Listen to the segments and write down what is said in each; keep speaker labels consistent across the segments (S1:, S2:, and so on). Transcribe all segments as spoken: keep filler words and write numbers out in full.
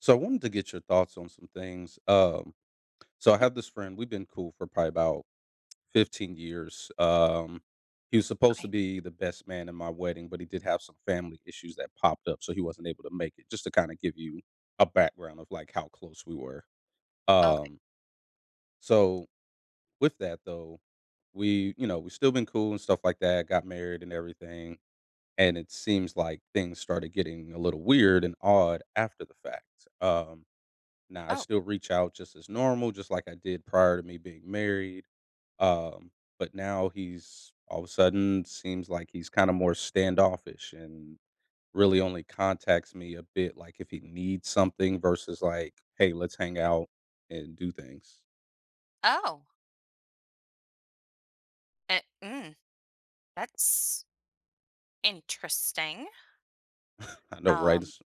S1: So I wanted to get your thoughts on some things. Um, so I
S2: Mhm.
S1: have this friend. We've been cool for probably about fifteen years. Um, he was supposed to
S2: Okay.
S1: be the best man in my wedding, but he did have some family issues that popped up, so he wasn't able to make it. Just to kind of give you a background of like how close we were.
S2: Okay.
S1: Um, so with that though, we you know we've still been cool and stuff like that. Got married and everything, and it seems like things started getting a little weird and odd after the fact. Um, Now I
S2: Oh.
S1: still reach out just as normal, just like I did prior to me being married. Um, but now he's all of a sudden seems like he's kind of more standoffish and really only contacts me a bit like if he needs something versus like, hey, let's hang out and do things.
S2: Oh. Eh, mm, that's interesting.
S1: I know, right?
S2: Um,
S1: It's-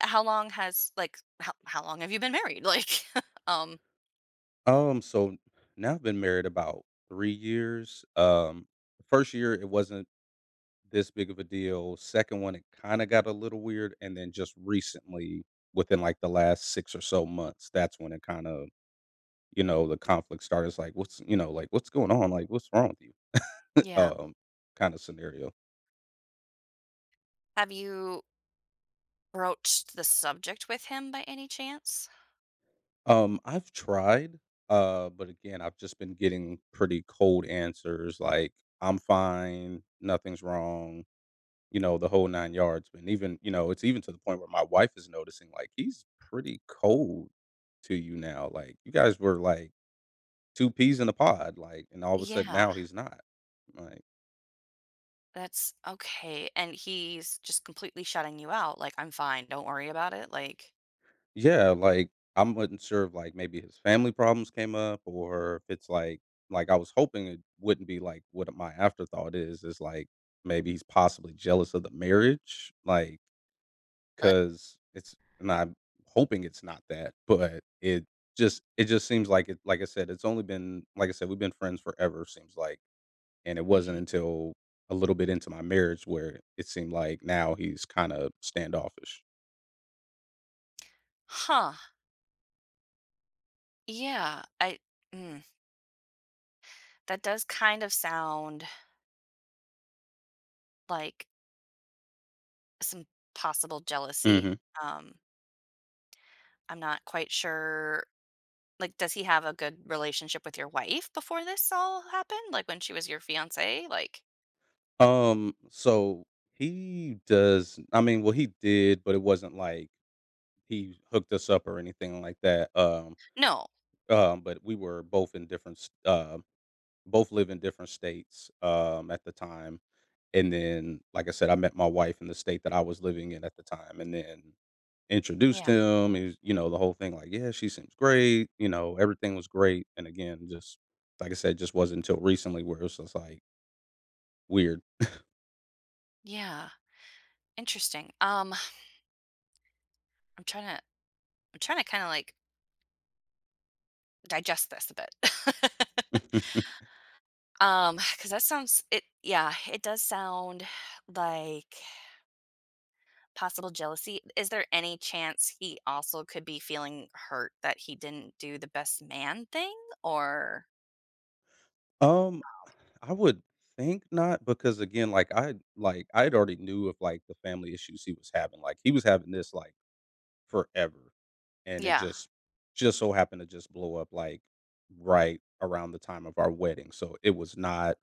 S2: how long has like how how long have you been married? Like, um,
S1: Um, so now I've been married about three years. Um, the first year it wasn't this big of a deal. Second one, it kinda got a little weird, and then just recently, within, like, the last six or so months, that's when it kinda, you know, the conflict started. It's like, "What's," you know, like, "What's going on? Like, what's wrong with you?"
S2: yeah.
S1: Um, kinda scenario.
S2: Have you broached the subject with him by any chance?
S1: Um, I've tried, uh, but again, I've just been getting pretty cold answers like, "I'm fine, nothing's wrong," you know, the whole nine yards, and even you know, it's even to the point where my wife is noticing, like, "He's pretty cold to you now, like, you guys were, like, two peas in a pod, like, and all of a sudden
S2: Yeah,
S1: now he's not," like,
S2: that's okay. And he's just completely shutting you out. Like, I'm fine. Don't worry about it. Like,
S1: "Yeah, like, I'm wasn't sure if, like, maybe his family problems came up or if it's like like, I was hoping it wouldn't be, like, what my afterthought is, is, like, maybe he's possibly jealous of the marriage, like."
S2: what?
S1: 'Cause it's and I'm hoping it's not that, but it just it just seems like it like I said, it's only been like I said, we've been friends forever, seems like, and it wasn't
S2: Mhm.
S1: until a little bit into my marriage where it seemed like now he's kinda standoffish.
S2: Huh. Yeah. I. Mm, that does kind of sound like some possible jealousy.
S1: Mhm.
S2: Um, I'm not quite sure, like, does he have a good relationship with your wife before this all happened? Like, when she was your fiance? Like
S1: Um, so he does I mean, well, he did, but it wasn't like he hooked us up or anything like that, um,
S2: No.
S1: um, but we were both in different s uh, both live in different states, um, at the time. And then, like I said, I met my wife in the state that I was living in at the time and then introduced
S2: Yeah.
S1: him. He was, you know, the whole thing like, yeah, she seems great. You know, everything was great. And again, just like I said, just wasn't until recently where it was just like weird.
S2: Yeah. Interesting. Um, I'm trying to. I'm trying to kinda, like, digest this a bit. Um, because that sounds it yeah, it does sound like possible jealousy. Is there any chance he also could be feeling hurt that he didn't do the best man thing? Or
S1: um, I would think not because again, like I like I would already knew of like the family issues he was having. Like he was having this like forever, and it
S2: yeah.
S1: just just so happened to just blow up, like, right around the time of our wedding, so it was not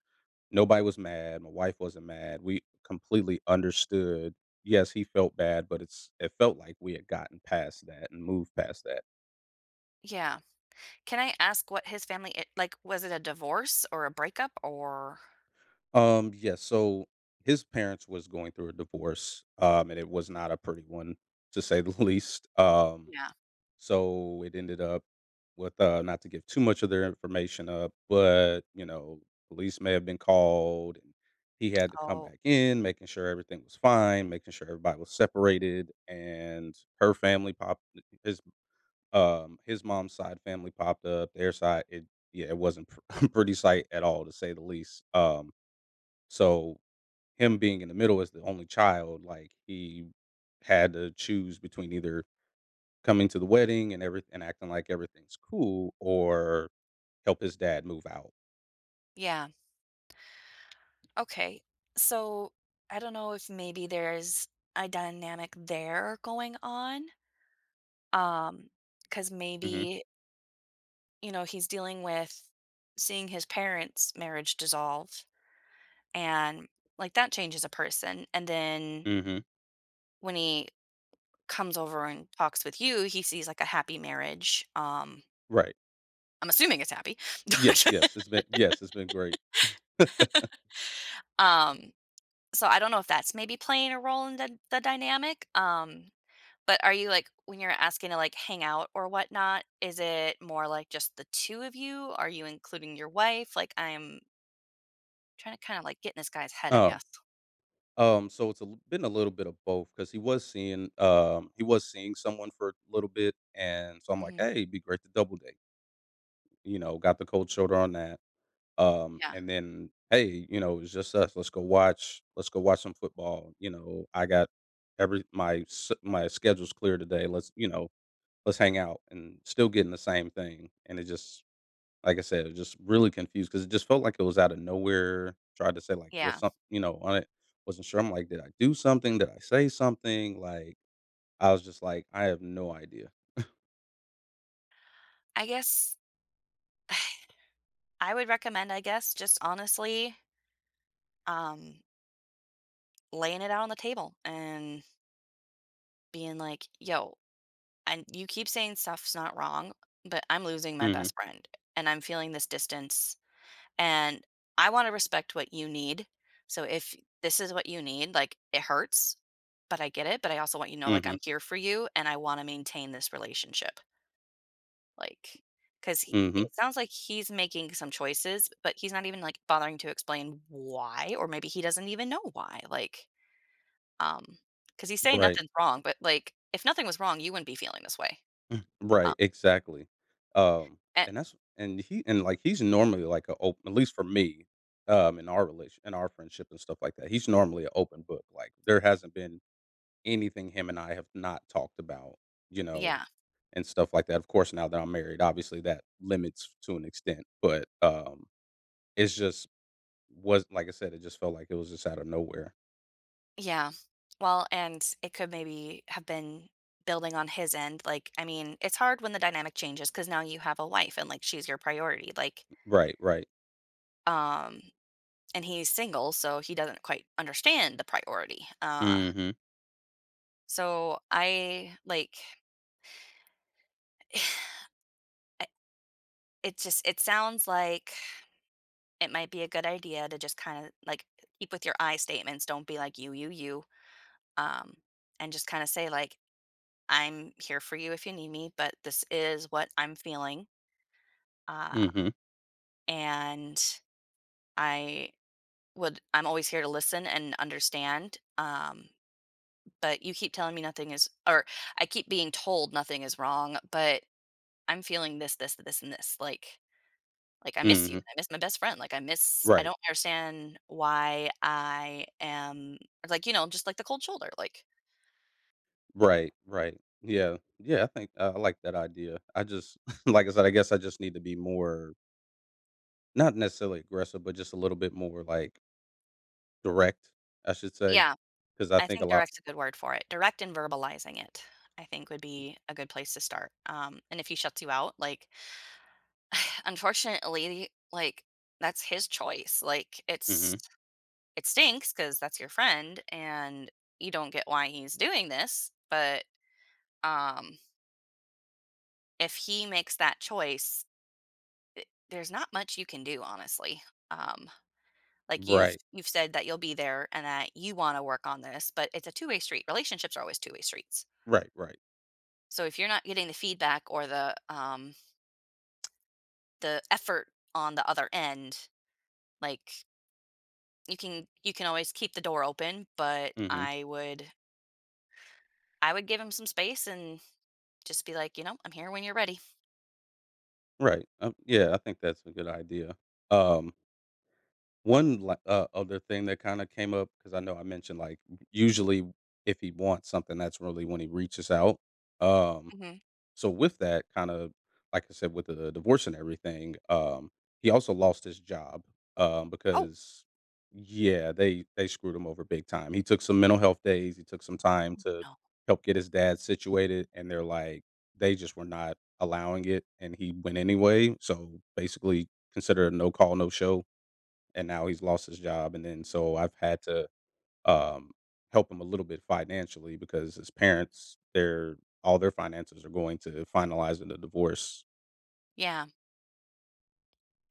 S1: nobody was mad, my wife wasn't mad, we completely understood. Yes, he felt bad, but it's it felt like we had gotten past that and moved past that.
S2: Yeah. Can I ask what his family I like, was it a divorce or a breakup or
S1: Um, yeah, so his parents was going through a divorce, um, and it was not a pretty one, to say the least. um
S2: yeah.
S1: So it ended up with, uh, not to give too much of their information up, but, you know, police may have been called and he had to come
S2: Oh,
S1: back in, making sure everything was fine, making sure everybody was separated. And her family popped his um his mom's side family popped up, their side it yeah, it wasn't pr- pretty sight at all to say the least. Um so him being in the middle as the only child, like he had to choose between either coming to the wedding and everything, and acting like everything's cool or help his dad move out.
S2: yeah, okay. So, I don't know if maybe there's a dynamic there going on. Um, because
S1: Mhm,
S2: maybe, you know, he's dealing with seeing his parents' marriage dissolve, and, like, that changes a person, and then
S1: mhm,
S2: when he comes over and talks with you, he sees, like, a happy marriage. um,
S1: right.
S2: I'm assuming it's happy.
S1: Yes, yes, it's been yes, it's been great.
S2: Um So I don't know if that's maybe playing a role in the the dynamic, um, but are you, like, when you're asking to, like, hang out or whatnot, is it more like just the two of you? Are you including your wife? Like, I'm trying to kinda, like, get in this guy's head, I
S1: Um,
S2: guess.
S1: um, so it's a l been a little bit of both because he was seeing, um, he was seeing someone for a little bit, and so I'm like,
S2: Mhm.
S1: "Hey, it'd be great to double date," you know, got the cold shoulder on that. Um,
S2: Yeah,
S1: and then, "Hey," you know, "it's just us. Let's go watch let's go watch some football," you know, "I got every my s my schedule's clear today. Let's," you know, "let's hang out," and still getting the same thing. And it just, like I said, it was just really confused because it just felt like it was out of nowhere. Tried to say like, was
S2: yeah.
S1: something, you know, on it. Wasn't sure. I'm like, did I do something? Did I say something? Like, I was just like, I have no idea.
S2: I guess I would recommend, I guess, just honestly, um, laying it out on the table and being like, "Yo, and you keep saying stuff's not wrong, but I'm losing my
S1: Hmm.
S2: best friend, and I'm feeling this distance. And I wanna respect what you need. So if this is what you need, like, it hurts, but I get it, but I also want you to know, like,
S1: Hmm.
S2: I'm here for you, and I wanna maintain this relationship." Like, because
S1: Hmm.
S2: it sounds like he's making some choices, but he's not even, like, bothering to explain why, or maybe he doesn't even know why, like, um, because he's saying
S1: Right.
S2: nothing's wrong, but, like, if nothing was wrong, you wouldn't be feeling this way.
S1: Right.
S2: Um,
S1: Exactly. Um,
S2: and
S1: and that's, and he, and like, he's normally like a open, at least for me, um, in our relation, in our friendship and stuff like that. He's normally an open book. Like there hasn't been anything him and I have not talked about, you know,
S2: yeah.
S1: and stuff like that. Of course, now that I'm married, obviously that limits to an extent, but um it's just was like I said, it just felt like it was just out of nowhere.
S2: Yeah. Well, and it could maybe have been building on his end. Like, I mean, it's hard when the dynamic changes because now you have a wife and like she's your priority. Like,
S1: Right, right.
S2: um, and he's single, so he doesn't quite understand the priority. Uh,
S1: Mhm.
S2: so I like I- it just it sounds like it might be a good idea to just kind of like keep with your I statements. Don't be like you, you, you. Um, and just kind of say like, I'm here for you if you need me, but this is what I'm feeling. Uh,
S1: Mhm.
S2: and I would I'm always here to listen and understand. Um, but you keep telling me nothing is, or I keep being told nothing is wrong, but I'm feeling this, this, this, and this. Like like I miss you.
S1: Mhm.
S2: I miss my best friend. Like I miss I
S1: Right.
S2: don't understand why I am like, you know, just like the cold shoulder. Like
S1: Right, right. Yeah. Yeah, I think uh, I like that idea. I just like I said, I guess I just need to be more not necessarily aggressive, but just a little bit more like direct, I should say,
S2: yeah,
S1: cuz I
S2: I
S1: think a
S2: think
S1: lot.
S2: direct's a good word for it. Direct and verbalizing it, I think would be a good place to start. Um, and if he shuts you out, like unfortunately, like, that's his choice, like,
S1: Mhm.
S2: it's it stinks because that's your friend and you don't get why he's doing this, but, um, if he makes that choice, th there's not much you can do, honestly. Um, like, you've
S1: Right.
S2: you've said that you'll be there and that you wanna work on this, but it's a two-way street. Relationships are always two-way streets.
S1: Right, right.
S2: So if you're not getting the feedback or the, um, the effort on the other end, like you can you can always keep the door open, but
S1: Mhm.
S2: I would I would give him some space and just be like, "You know, I'm here when you're ready."
S1: Right. Um, yeah, I think that's a good idea. Um, one li- uh, other thing that kind of came up because I know I mentioned like usually if he wants something, that's really when he reaches out. Um,
S2: Mhm.
S1: so with that kind of like I said, with the divorce and everything, um, he also lost his job um,
S2: Oh.
S1: because yeah, they they screwed him over big time. He took some mental health days. He took some time to
S2: No.
S1: help get his dad situated, and they're like they just were not allowing it, and he went anyway. So basically, considered a no call, no show, and now he's lost his job. And then so I've had to, um, help him a little bit financially because his parents, their all their finances are going to finalizing the divorce.
S2: Yeah.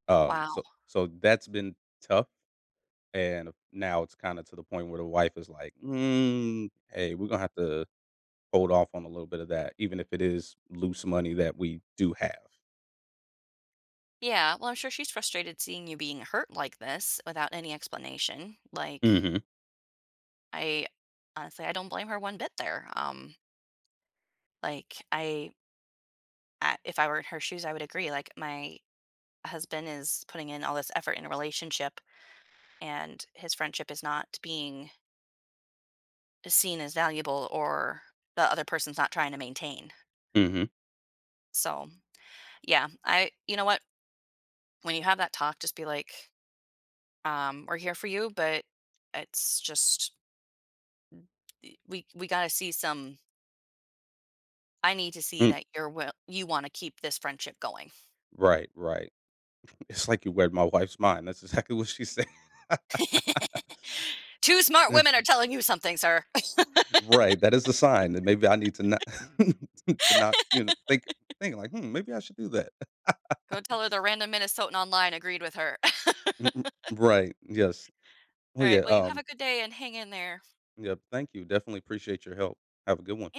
S1: Um,
S2: Wow.
S1: so so that's been tough, and now it's kind of to the point where the wife is like, mm, "Hey, we're gonna have to hold off on a little bit of that, even if it is loose money that we do have."
S2: Yeah, well, I'm sure she's frustrated seeing you being hurt like this without any explanation. Like,
S1: Hmm.
S2: I honestly, I don't blame her one bit there. Um, like, I I if I were in her shoes, I would agree. Like, my husband is putting in all this effort in a relationship, and his friendship is not being is seen as valuable or the other person's not trying to maintain.
S1: Hmm.
S2: So, yeah, I you know what? When you have that talk, just be like, um, "We're here for you, but it's just y- we we got to see some. I need to see
S1: Mm,
S2: that you're will you want to keep this friendship going."
S1: right, right. It's like you read my wife's mind. That's exactly what she said.
S2: Two smart women are telling you something, sir.
S1: Right, that is a sign that maybe I need to not to not, you know, think think like, "Hmm, maybe I should do that."
S2: Go tell her the random Minnesotan online agreed with her. All
S1: Mm, mm, right, yes. Well, yeah,
S2: right. Well, you have
S1: um,
S2: a good day and hang in there.
S1: yeah, thank you, definitely appreciate your help. Have a good one.